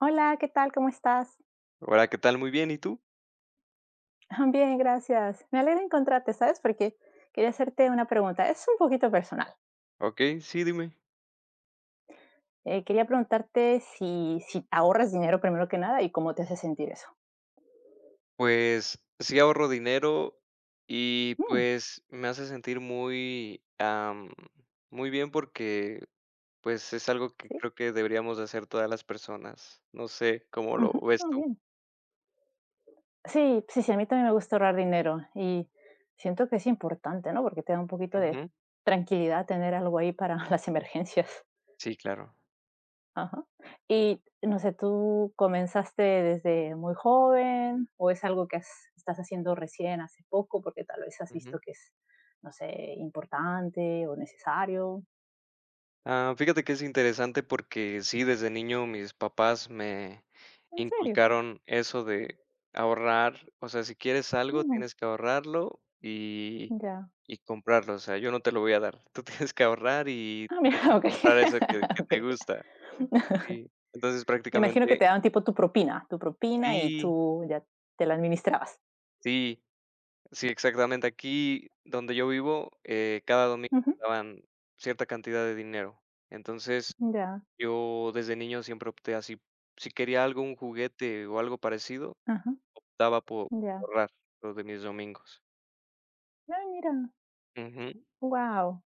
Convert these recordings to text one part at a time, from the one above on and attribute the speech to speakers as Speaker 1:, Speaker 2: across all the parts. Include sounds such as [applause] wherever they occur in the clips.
Speaker 1: Hola, ¿qué tal? ¿Cómo estás?
Speaker 2: Hola, ¿qué tal? Muy bien, ¿y tú?
Speaker 1: [laughs] Bien, gracias. Me alegra encontrarte, ¿sabes? Porque quería hacerte una pregunta. Es un poquito personal.
Speaker 2: Ok, sí, dime.
Speaker 1: Quería preguntarte si ahorras dinero primero que nada y cómo te hace sentir eso.
Speaker 2: Pues sí ahorro dinero y
Speaker 1: Mm,
Speaker 2: pues me hace sentir muy bien porque pues es algo que
Speaker 1: sí,
Speaker 2: creo que deberíamos de hacer todas las personas. No sé cómo lo
Speaker 1: ujú,
Speaker 2: ves
Speaker 1: ah,
Speaker 2: tú.
Speaker 1: bien. Sí, sí, sí, a mí también me gusta ahorrar dinero y siento que es importante, ¿no? Porque te da un poquito de
Speaker 2: Ujú,
Speaker 1: tranquilidad tener algo ahí para [laughs] las emergencias.
Speaker 2: sí, claro.
Speaker 1: Ajá. Y no sé, ¿tú comenzaste desde muy joven o es algo que estás haciendo recién hace poco porque tal vez has visto
Speaker 2: Ujú.
Speaker 1: que es, no sé, importante o necesario?
Speaker 2: Ah, fíjate que es interesante porque sí, desde niño mis papás me
Speaker 1: ¿En serio?
Speaker 2: inculcaron eso de ahorrar. O sea, si quieres algo,
Speaker 1: Ujú.
Speaker 2: tienes que ahorrarlo
Speaker 1: Ya.
Speaker 2: y comprarlo, o sea, yo no te lo voy a dar. [laughs] Tú tienes que ahorrar y
Speaker 1: Ah,
Speaker 2: tú tienes que
Speaker 1: mira, [laughs] ok.
Speaker 2: comprar eso que
Speaker 1: [laughs]
Speaker 2: que
Speaker 1: Ok.
Speaker 2: te gusta.
Speaker 1: [laughs]
Speaker 2: Sí. Entonces,
Speaker 1: Me imagino que
Speaker 2: prácticamente
Speaker 1: te daban tipo tu propina y
Speaker 2: sí,
Speaker 1: tú ya te la administrabas.
Speaker 2: sí, sí, exactamente. Aquí donde yo vivo, cada domingo
Speaker 1: Ujú.
Speaker 2: daban cierta cantidad de dinero. Entonces,
Speaker 1: Ya.
Speaker 2: yo desde niño siempre opté así. Si quería algo, un juguete o algo parecido,
Speaker 1: Ajá.
Speaker 2: daba por
Speaker 1: Ya.
Speaker 2: ahorrar lo de mis domingos.
Speaker 1: Ah, mira.
Speaker 2: Ujú,
Speaker 1: Wow.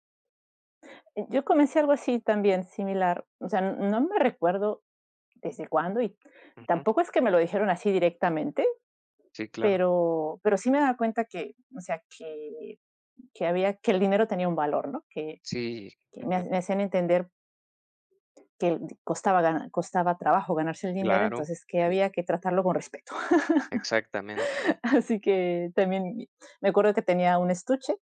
Speaker 1: Yo comencé algo así también, similar. O sea, no me recuerdo desde cuándo y
Speaker 2: ujú.
Speaker 1: tampoco es que me lo dijeron así directamente,
Speaker 2: Sí, claro.
Speaker 1: pero sí me daba cuenta que, o sea, que había que el dinero tenía un valor, ¿no? Que
Speaker 2: Sí, ujú.
Speaker 1: me hacían entender que costaba trabajo ganarse el dinero,
Speaker 2: Claro.
Speaker 1: entonces que
Speaker 2: Sí,
Speaker 1: había que tratarlo con respeto.
Speaker 2: exactamente.
Speaker 1: [laughs] Así que también me acuerdo que tenía un estuche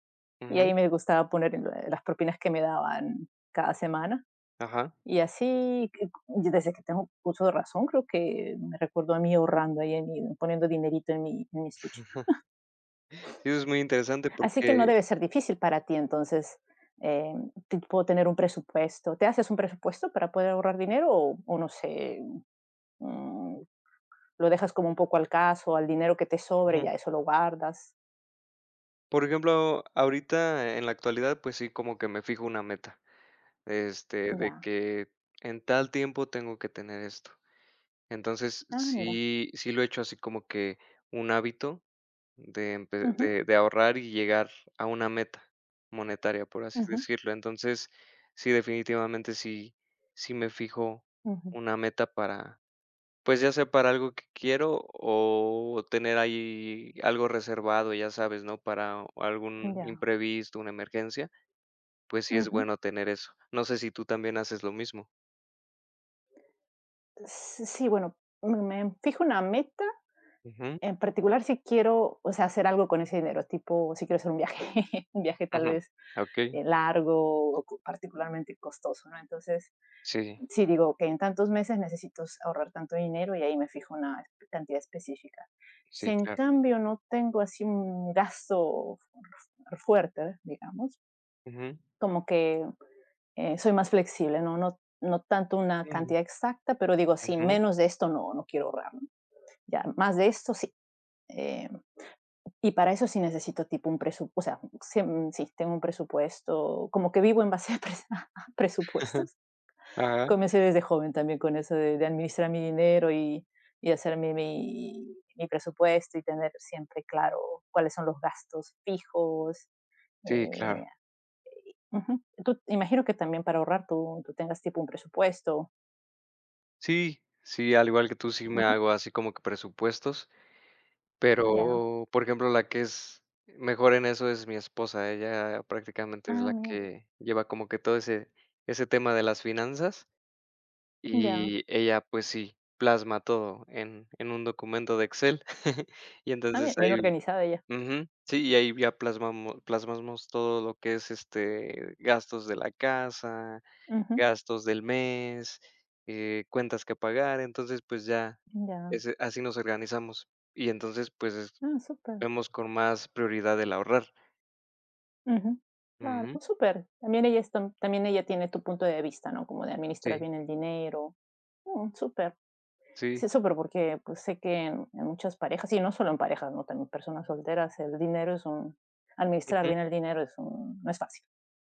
Speaker 1: y
Speaker 2: Ujú.
Speaker 1: ahí me gustaba poner las propinas que me daban cada semana.
Speaker 2: Ajá.
Speaker 1: Y así, que y desde que tengo uso de razón, creo que me recuerdo a mí ahorrando ahí en mi poniendo dinerito en mi estuche.
Speaker 2: Sí, eso es muy interesante
Speaker 1: Así que no
Speaker 2: porque
Speaker 1: debe ser difícil para ti, entonces, eh, te puedo tener un presupuesto. ¿Te haces un presupuesto para poder ahorrar dinero o no sé, mm, lo dejas como un poco al caso, al dinero que te sobre,
Speaker 2: ujú.
Speaker 1: ya eso lo guardas?
Speaker 2: Por ejemplo, ahorita en la actualidad, pues sí, como que me fijo una meta, este, de
Speaker 1: Ya.
Speaker 2: que en tal tiempo tengo que tener esto. Entonces,
Speaker 1: Ah, mira.
Speaker 2: sí lo he hecho así como que un hábito de empe
Speaker 1: Ujú,
Speaker 2: de ahorrar y llegar a una meta monetaria, por así
Speaker 1: ujú,
Speaker 2: decirlo. Entonces, sí, definitivamente sí me fijo
Speaker 1: ujú.
Speaker 2: una meta para pues, ya sea para algo que quiero o tener ahí algo reservado, ya sabes, ¿no? Para algún
Speaker 1: Ya.
Speaker 2: imprevisto, una emergencia, pues sí es
Speaker 1: Ujú.
Speaker 2: bueno tener eso. No sé si tú también haces lo mismo.
Speaker 1: S Sí, bueno, me me fijo una meta.
Speaker 2: Ujú,
Speaker 1: En particular, si quiero, o sea, hacer algo con ese dinero, tipo, si quiero hacer un viaje, [laughs] un viaje tal
Speaker 2: ujú.
Speaker 1: vez
Speaker 2: Okey.
Speaker 1: largo o particularmente costoso, ¿no? Entonces,
Speaker 2: Sí,
Speaker 1: si digo que en tantos meses necesito ahorrar tanto dinero y ahí me fijo una cantidad específica. Si
Speaker 2: sí,
Speaker 1: en
Speaker 2: claro.
Speaker 1: cambio no tengo así un gasto fuerte, digamos,
Speaker 2: Ujú.
Speaker 1: como que soy más flexible, ¿no? No, no tanto una
Speaker 2: Mm,
Speaker 1: cantidad exacta, pero digo, sí,
Speaker 2: ujú.
Speaker 1: menos de esto no, no quiero ahorrar, ¿no? Ya, más de esto sí. Eh, Y para eso sí necesito tipo un presupuesto, o sea, sí, sí, tengo un presupuesto, como que vivo en base a, [laughs] a
Speaker 2: [laughs]
Speaker 1: presupuestos.
Speaker 2: Ajá.
Speaker 1: Comencé desde joven también con eso de administrar mi dinero y hacer mi, mi presupuesto y tener siempre claro cuáles son los gastos fijos.
Speaker 2: Sí, claro.
Speaker 1: eh, Ujú. Tú, imagino que también para ahorrar tú, tú tengas tipo un presupuesto.
Speaker 2: Sí, sí, al igual que tú, sí me
Speaker 1: Ujú.
Speaker 2: hago así como que presupuestos.
Speaker 1: Ya.
Speaker 2: Pero, por ejemplo, la que es mejor en eso es mi esposa. Ella prácticamente es la
Speaker 1: Ah, mira.
Speaker 2: que lleva como que todo ese tema de las finanzas,
Speaker 1: Ya.
Speaker 2: y ella, pues sí, plasma todo en un documento de Excel. [laughs] Y
Speaker 1: Ah,
Speaker 2: entonces
Speaker 1: bien, bien
Speaker 2: ahí
Speaker 1: organizada ella.
Speaker 2: ujú, sí, y ahí ya plasmamos todo lo que es, este, gastos de la casa,
Speaker 1: Ujú.
Speaker 2: gastos del mes, cuentas que pagar. Entonces, pues ya,
Speaker 1: Ya.
Speaker 2: ese así nos organizamos. Y entonces, pues
Speaker 1: Ah, súper.
Speaker 2: vemos con más prioridad el ahorrar.
Speaker 1: Ujú, claro,
Speaker 2: Ujú.
Speaker 1: oh, súper. También ella está también ella tiene tu punto de vista, ¿no? Como de administrar
Speaker 2: Sí,
Speaker 1: bien el dinero. Mm, súper.
Speaker 2: sí.
Speaker 1: Sí, súper, porque, pues, sé que en muchas parejas, y no solo en parejas, ¿no? También personas solteras, el dinero es un administrar
Speaker 2: Ujú.
Speaker 1: bien el dinero es un no es fácil,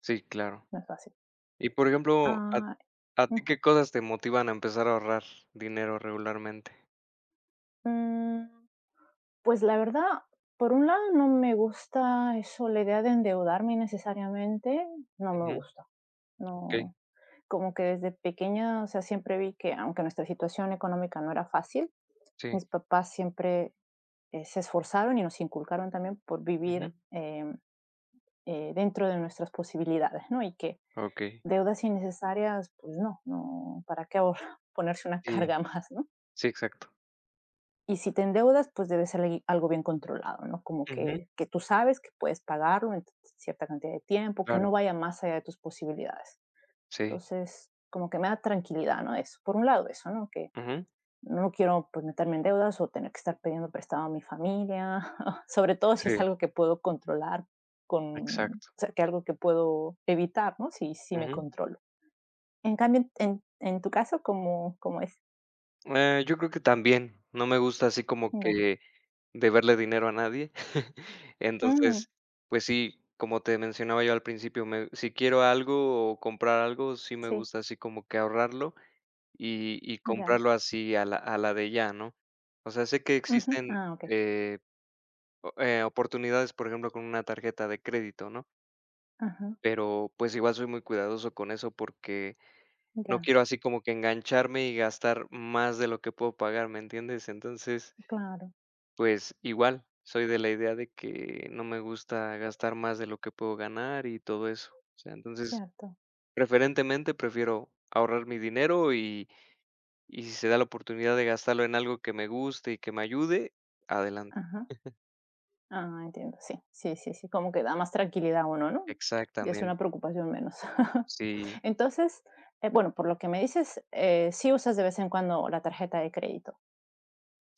Speaker 2: Sí, claro.
Speaker 1: no es fácil.
Speaker 2: Y, por ejemplo, ¿a
Speaker 1: Ah,
Speaker 2: a ti
Speaker 1: ujú.
Speaker 2: qué cosas te motivan a empezar a ahorrar dinero regularmente?
Speaker 1: Mm, pues, la verdad, por un lado, no me gusta eso, la idea de endeudarme innecesariamente, no me
Speaker 2: Ujú.
Speaker 1: gusta.
Speaker 2: Okey.
Speaker 1: No como que desde pequeña, o sea, siempre vi que aunque nuestra situación económica no era fácil,
Speaker 2: Sí.
Speaker 1: mis papás siempre se esforzaron y nos inculcaron también por vivir
Speaker 2: Ujú.
Speaker 1: dentro de nuestras posibilidades, ¿no? Y que
Speaker 2: Okey.
Speaker 1: deudas innecesarias, pues no, no, ¿para qué ahora [laughs] ponerse una
Speaker 2: Sí,
Speaker 1: carga más, ¿no?
Speaker 2: sí, exacto.
Speaker 1: Y si te endeudas, pues debe ser algo bien controlado, ¿no? Como
Speaker 2: Ujú.
Speaker 1: que tú sabes que puedes pagarlo en cierta cantidad de tiempo, que
Speaker 2: Claro.
Speaker 1: no vaya más allá de tus posibilidades.
Speaker 2: Sí.
Speaker 1: Entonces, como que me da tranquilidad, ¿no? Eso, por un lado, eso, ¿no? Que
Speaker 2: Ujú.
Speaker 1: no quiero pues, meterme en deudas o tener que estar pidiendo prestado a mi familia, [laughs] sobre todo si es
Speaker 2: Sí,
Speaker 1: algo que puedo controlar, con, o
Speaker 2: exacto.
Speaker 1: sea, que algo que puedo evitar, ¿no? Si, si me
Speaker 2: Ujú.
Speaker 1: controlo. En cambio, en tu caso, ¿cómo es?
Speaker 2: Yo creo que también. No me gusta así como
Speaker 1: Ya.
Speaker 2: que deberle dinero a nadie. [laughs]
Speaker 1: Mm,
Speaker 2: Entonces, pues sí, como te mencionaba yo al principio, me si quiero algo o comprar algo, sí me
Speaker 1: sí,
Speaker 2: gusta así como que ahorrarlo y
Speaker 1: ya.
Speaker 2: comprarlo así a la de ya, ¿no? O sea, sé que
Speaker 1: Ujú.
Speaker 2: existen,
Speaker 1: Ah, ok.
Speaker 2: eh, o oportunidades, por ejemplo, con una tarjeta de crédito, ¿no?
Speaker 1: Ajá,
Speaker 2: Pero, pues, igual soy muy cuidadoso con eso porque no
Speaker 1: ya,
Speaker 2: quiero así como que engancharme y gastar más de lo que puedo pagar, ¿me entiendes? Entonces,
Speaker 1: claro,
Speaker 2: pues igual, soy de la idea de que no me gusta gastar más de lo que puedo ganar y todo eso. O sea, entonces,
Speaker 1: cierto.
Speaker 2: preferentemente prefiero ahorrar mi dinero y si se da la oportunidad de gastarlo en algo que me guste y que me ayude, adelante.
Speaker 1: Ajá. Ah, entiendo, sí, sí, sí, sí, como que da más tranquilidad a uno, ¿no? Ya es una
Speaker 2: Exactamente.
Speaker 1: preocupación menos. [laughs]
Speaker 2: Sí.
Speaker 1: Entonces, bueno, por lo que me dices, sí usas de vez en cuando la tarjeta de crédito.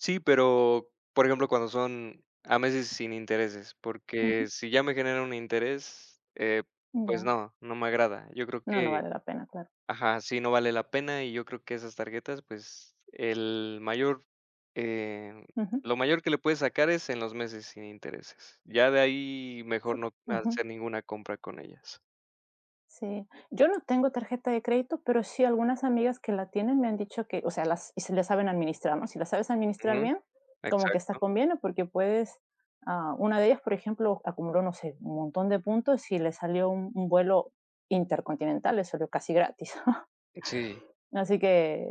Speaker 2: Sí, pero por ejemplo, cuando son a meses sin intereses, porque
Speaker 1: Ujú,
Speaker 2: si ya me genera un interés, pues
Speaker 1: ya.
Speaker 2: no, no me agrada. Yo creo
Speaker 1: No, no
Speaker 2: que
Speaker 1: vale la pena, claro.
Speaker 2: ajá, sí, no vale la pena, y yo creo que esas tarjetas, pues, eh,
Speaker 1: Ujú,
Speaker 2: lo mayor que le puedes sacar es en los meses sin intereses. Ya de ahí mejor
Speaker 1: sí,
Speaker 2: no
Speaker 1: ujú,
Speaker 2: hacer ninguna compra con ellas.
Speaker 1: sí. Yo no tengo tarjeta de crédito, pero sí algunas amigas que la tienen me han dicho que, o sea, y se le saben administrar, ¿no? Si la sabes administrar
Speaker 2: Ujú,
Speaker 1: bien, como que está
Speaker 2: exacto.
Speaker 1: conviene porque puedes, ah, una de ellas, por ejemplo, acumuló, no sé, un montón de puntos y le salió un vuelo intercontinental, le salió casi gratis.
Speaker 2: Sí,
Speaker 1: Así que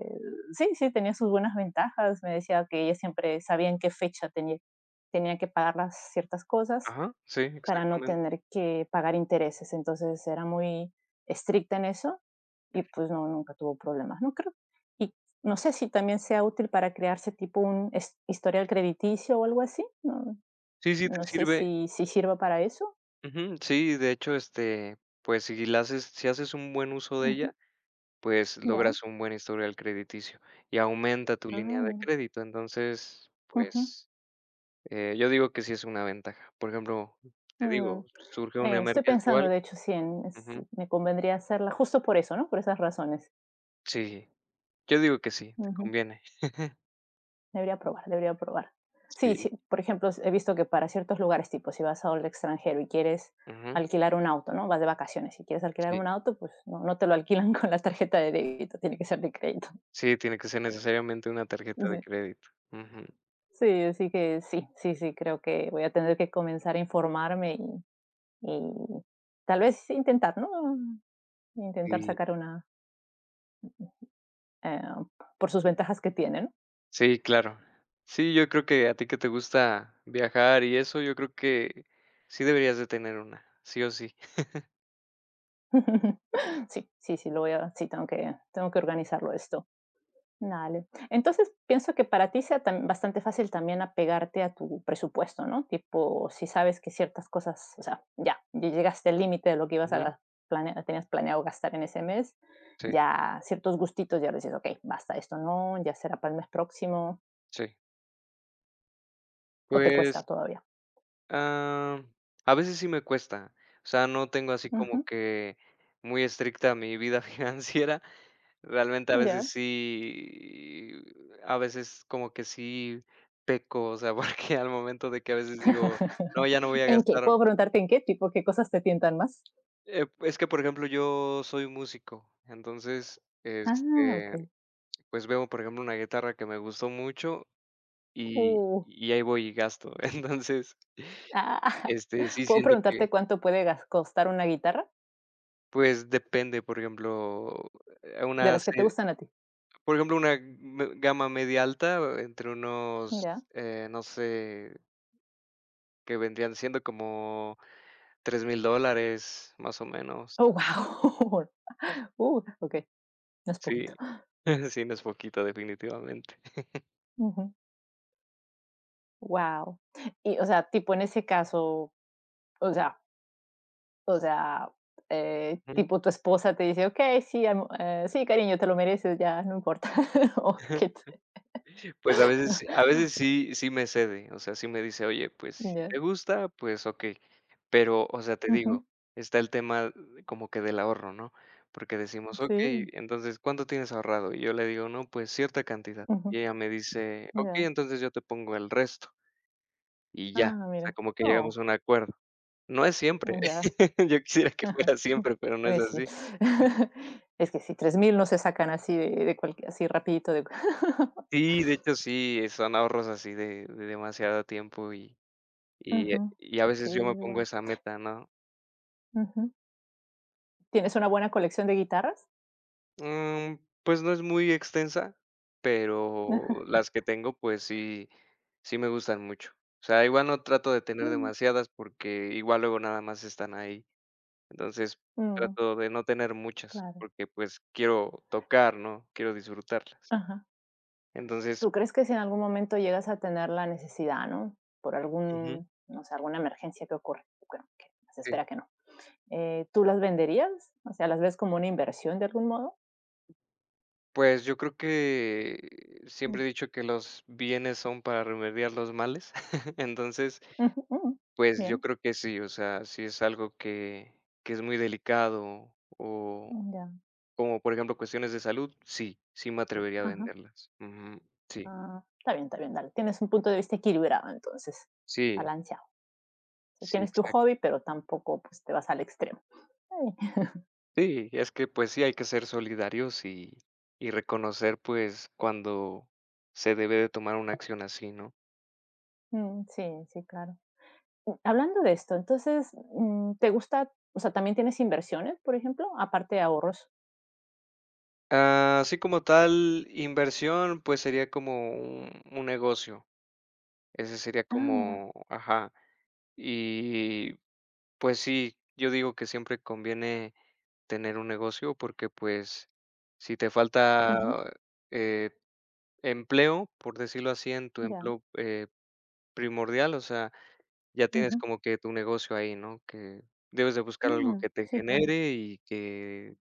Speaker 1: sí, sí, tenía sus buenas ventajas. Me decía que ella siempre sabía en qué fecha tenía, tenía que pagar las ciertas cosas
Speaker 2: ajá, sí,
Speaker 1: para no
Speaker 2: exactamente.
Speaker 1: tener que pagar intereses. Entonces era muy estricta en eso y pues no, nunca tuvo problemas, ¿no? Creo. Y no sé si también sea útil para crearse tipo un historial crediticio o algo así. No,
Speaker 2: Sí, sí te
Speaker 1: no sé
Speaker 2: sirve
Speaker 1: si sirva para eso.
Speaker 2: ujú, sí, de hecho, este, pues, si haces un buen uso de
Speaker 1: Ujú.
Speaker 2: ella, pues,
Speaker 1: Ya.
Speaker 2: logras un buen historial crediticio y aumenta tu línea
Speaker 1: Ah,
Speaker 2: de
Speaker 1: mira.
Speaker 2: crédito. Entonces,
Speaker 1: Ujú,
Speaker 2: pues yo digo que sí es una ventaja. Por ejemplo, te
Speaker 1: mm.
Speaker 2: digo, surge una
Speaker 1: Estoy
Speaker 2: emergencia o
Speaker 1: pensando,
Speaker 2: algo
Speaker 1: de hecho, si
Speaker 2: ujú,
Speaker 1: me convendría hacerla justo por eso, ¿no? Por esas razones.
Speaker 2: sí, yo digo que sí, te
Speaker 1: Ujú.
Speaker 2: conviene,
Speaker 1: Debería probar, debería probar. Sí,
Speaker 2: sí,
Speaker 1: sí, por ejemplo, he visto que para ciertos lugares, tipo, si vas al extranjero y quieres
Speaker 2: ujú,
Speaker 1: alquilar un auto, ¿no? Vas de vacaciones y quieres alquilar
Speaker 2: sí,
Speaker 1: un auto, pues no, no te lo alquilan [laughs] con la tarjeta de débito, tiene que ser de crédito.
Speaker 2: sí, tiene que ser necesariamente una tarjeta de
Speaker 1: Sí.
Speaker 2: crédito, ujú,
Speaker 1: Sí, así que sí, sí, sí, creo que voy a tener que comenzar a informarme y tal vez intentar, ¿no? Intentar
Speaker 2: sí,
Speaker 1: sacar una, eh, por sus ventajas que tiene, ¿no?
Speaker 2: sí, claro. Sí, yo creo que a ti que te gusta viajar y eso, yo creo que sí deberías de tener una, sí o sí.
Speaker 1: [laughs] Sí, sí, sí, lo voy a sí, tengo que organizarlo esto. Dale. Entonces, pienso que para ti sea tam bastante fácil también apegarte a tu presupuesto, ¿no? Tipo, si sabes que ciertas cosas, o sea, ya, ya llegaste al límite de lo que ibas
Speaker 2: Ujú,
Speaker 1: a planea tenías planeado gastar en ese mes,
Speaker 2: sí,
Speaker 1: ya ciertos gustitos ya dices: "Okey, basta, esto no, ya será para el mes próximo",
Speaker 2: sí.
Speaker 1: ¿o te cuesta
Speaker 2: Pues
Speaker 1: todavía?
Speaker 2: ah, a veces sí me cuesta. O sea, no tengo así como
Speaker 1: Ujú,
Speaker 2: que muy estricta mi vida [laughs] financiera. Realmente a veces
Speaker 1: ya.
Speaker 2: sí, a veces como que sí peco, o sea, [laughs] porque al momento de que a veces digo,
Speaker 1: [laughs]
Speaker 2: no, ya no voy a
Speaker 1: ¿En qué?
Speaker 2: gastar.
Speaker 1: ¿Puedo preguntarte en qué? Tipo, ¿qué cosas te tientan más?
Speaker 2: Es que, por ejemplo, yo soy músico, entonces,
Speaker 1: Ah,
Speaker 2: este,
Speaker 1: okey.
Speaker 2: pues veo, por ejemplo, una guitarra que me gustó mucho y,
Speaker 1: Uh.
Speaker 2: y ahí voy y gasto. [laughs] Entonces,
Speaker 1: Ah, [laughs]
Speaker 2: este, sí
Speaker 1: ¿puedo
Speaker 2: siento que...
Speaker 1: preguntarte cuánto puede costar una guitarra?
Speaker 2: Pues depende, por ejemplo,
Speaker 1: De
Speaker 2: una
Speaker 1: las que te
Speaker 2: serie
Speaker 1: gustan a ti.
Speaker 2: por ejemplo, una me gama media alta entre unos,
Speaker 1: Ya.
Speaker 2: no sé, que vendrían siendo como 3000 dólares, más o menos.
Speaker 1: Oh, wow. [laughs] Ok, no es poquito.
Speaker 2: Sí. [laughs] Sí, no es poquito, definitivamente.
Speaker 1: Wow. Y, o sea, tipo en ese caso, o sea, o sea, tipo tu esposa te dice, ok, sí, sí, cariño, te lo mereces, ya, no importa. [laughs] O
Speaker 2: Ujú.
Speaker 1: que te-
Speaker 2: Pues a veces a
Speaker 1: [laughs]
Speaker 2: veces sí me cede, o sea, sí me dice: "Oye, pues, si
Speaker 1: Ya.
Speaker 2: te gusta, pues ok. Pero, o sea, te digo,
Speaker 1: Ujú.
Speaker 2: está el tema como que del ahorro, ¿no? Porque decimos: ok.
Speaker 1: Sí.
Speaker 2: Entonces, ¿cuánto tienes ahorrado?". Y yo le digo: "No, pues cierta cantidad".
Speaker 1: Ujú.
Speaker 2: Y ella me dice: ok.
Speaker 1: Ya.
Speaker 2: Entonces yo te pongo el resto". Y ya,
Speaker 1: Ah,
Speaker 2: o sea,
Speaker 1: mira.
Speaker 2: como que llegamos a un acuerdo. No es siempre,
Speaker 1: Oh, ya.
Speaker 2: [laughs] yo quisiera que
Speaker 1: Ajá.
Speaker 2: fuera siempre, pero no es
Speaker 1: Sí.
Speaker 2: así.
Speaker 1: [laughs] Es que si 3,000 no se sacan así de cualquier así rapidito de [laughs]
Speaker 2: Sí, de hecho, sí, son ahorros así de demasiado tiempo y Y, eh,
Speaker 1: Ujú.
Speaker 2: y a veces
Speaker 1: Sí,
Speaker 2: yo me pongo
Speaker 1: guau.
Speaker 2: esa meta, ¿no?
Speaker 1: Ujú. ¿Tienes una buena colección de guitarras?
Speaker 2: Mm, pues no es muy extensa,
Speaker 1: [laughs]
Speaker 2: pero
Speaker 1: Ajá.
Speaker 2: las que tengo, pues sí, sí me gustan mucho. O sea, igual no trato de tener
Speaker 1: Mm,
Speaker 2: demasiadas porque igual luego nada más están ahí. Entonces
Speaker 1: mm,
Speaker 2: trato de no tener muchas
Speaker 1: claro.
Speaker 2: porque pues quiero tocar, ¿no? Quiero disfrutarlas.
Speaker 1: Ajá.
Speaker 2: Entonces,
Speaker 1: ¿Tú crees que si en algún momento llegas a tener la necesidad, no? Por
Speaker 2: ujú,
Speaker 1: algún, no sé, alguna emergencia que ocurre, bueno, que se
Speaker 2: sí.
Speaker 1: espera que no, ¿tú las venderías? O sea, ¿las ves como una inversión de algún modo?
Speaker 2: Pues yo creo que
Speaker 1: Mm.
Speaker 2: siempre he dicho que los bienes son para remediar los males. [laughs] Entonces,
Speaker 1: [laughs] Ujú, mm.
Speaker 2: pues yo
Speaker 1: Bien,
Speaker 2: creo que sí, o sea, sí es algo que es muy delicado o
Speaker 1: ya.
Speaker 2: como, por ejemplo, cuestiones de salud, sí, sí me atrevería a
Speaker 1: Ajá.
Speaker 2: venderlas. Ujú. Sí,
Speaker 1: Ah, está bien, dale. Tienes un punto de vista equilibrado, entonces,
Speaker 2: sí,
Speaker 1: balanceado. O sea,
Speaker 2: sí,
Speaker 1: tienes tu
Speaker 2: exacto.
Speaker 1: hobby, pero tampoco pues, te vas al extremo. Está bien. [laughs]
Speaker 2: Sí, es que, pues sí, hay que ser solidarios y reconocer, pues, cuando se debe de tomar una acción así, ¿no?
Speaker 1: Mm, sí, sí, claro. Mm, hablando de esto, entonces, mm, ¿te gusta, o sea, también tienes inversiones, por ejemplo, aparte de ahorros?
Speaker 2: Ah, así como tal, inversión, pues sería como un negocio. Ese sería
Speaker 1: Ah, mira,
Speaker 2: como ajá, y pues sí, yo digo que siempre conviene tener un negocio porque, pues, si te
Speaker 1: ujú,
Speaker 2: falta, eh, empleo, por decirlo así, en tu
Speaker 1: ya,
Speaker 2: empleo, primordial, o sea, ya tienes
Speaker 1: ujú,
Speaker 2: como que tu negocio ahí, ¿no? Que debes de buscar algo
Speaker 1: mm,
Speaker 2: que te
Speaker 1: sí, claro.
Speaker 2: genere y que,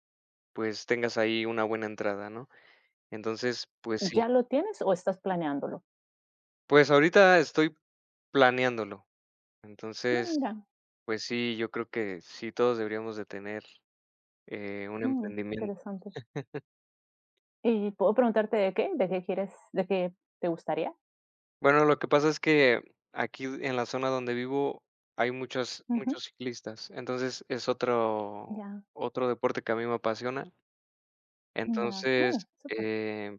Speaker 2: pues, tengas ahí una buena entrada, ¿no? Entonces, pues sí.
Speaker 1: ¿Ya lo tienes o estás planeándolo?
Speaker 2: Pues ahorita estoy planeándolo.
Speaker 1: Ah,
Speaker 2: Entonces,
Speaker 1: mira,
Speaker 2: pues sí, yo creo que sí todos deberíamos de tener, un
Speaker 1: mm,
Speaker 2: emprendimiento.
Speaker 1: interesante. ¿Y puedo preguntarte de qué? ¿De qué quieres, de qué te gustaría?
Speaker 2: Bueno, lo que pasa es que aquí en la zona donde vivo hay muchos
Speaker 1: Ujú.
Speaker 2: muchos ciclistas, entonces es otro
Speaker 1: Ya,
Speaker 2: otro deporte que a mí me apasiona.
Speaker 1: ya,
Speaker 2: Entonces,
Speaker 1: oh, súper.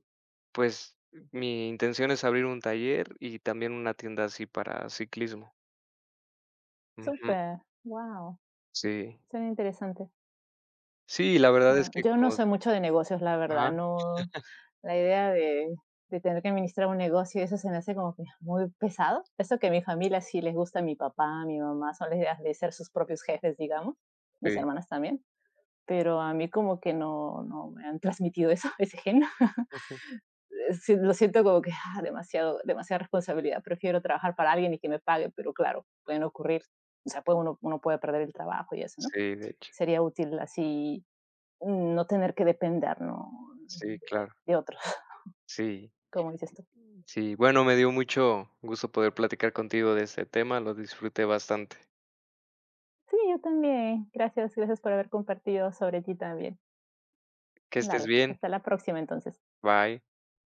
Speaker 2: pues, mi intención es abrir un taller y también una tienda así para ciclismo. Ujú,
Speaker 1: Súper, wow,
Speaker 2: sí.
Speaker 1: suena interesante.
Speaker 2: Sí, la verdad es
Speaker 1: No,
Speaker 2: que
Speaker 1: yo no
Speaker 2: como
Speaker 1: sé mucho de negocios, la verdad,
Speaker 2: ajá,
Speaker 1: no, la idea de tener que administrar un negocio, eso se me hace como que muy pesado. Eso que a mi familia sí les gusta, mi papá, mi mamá, son las ideas de ser sus propios jefes, digamos, mis
Speaker 2: sí.
Speaker 1: hermanas también, pero a mí como que no me han transmitido eso, [laughs] ese gen. [laughs]
Speaker 2: [laughs]
Speaker 1: Sí, lo siento como que, ah, demasiado demasiada responsabilidad, prefiero trabajar para alguien y que me pague, pero claro, pueden ocurrir, o sea, puede uno puede perder el trabajo y eso, ¿no?
Speaker 2: Sí, de hecho.
Speaker 1: Sería útil así mm, no tener que depender, ¿no?
Speaker 2: Sí, claro.
Speaker 1: De otros,
Speaker 2: Sí,
Speaker 1: [laughs] como dices tú.
Speaker 2: sí. Bueno, me dio mucho gusto poder platicar contigo de este tema, lo disfruté bastante.
Speaker 1: Sí, yo también. Gracias, gracias por haber compartido sobre ti también.
Speaker 2: Que estés
Speaker 1: Dale,
Speaker 2: bien.
Speaker 1: hasta la próxima entonces.
Speaker 2: Bye.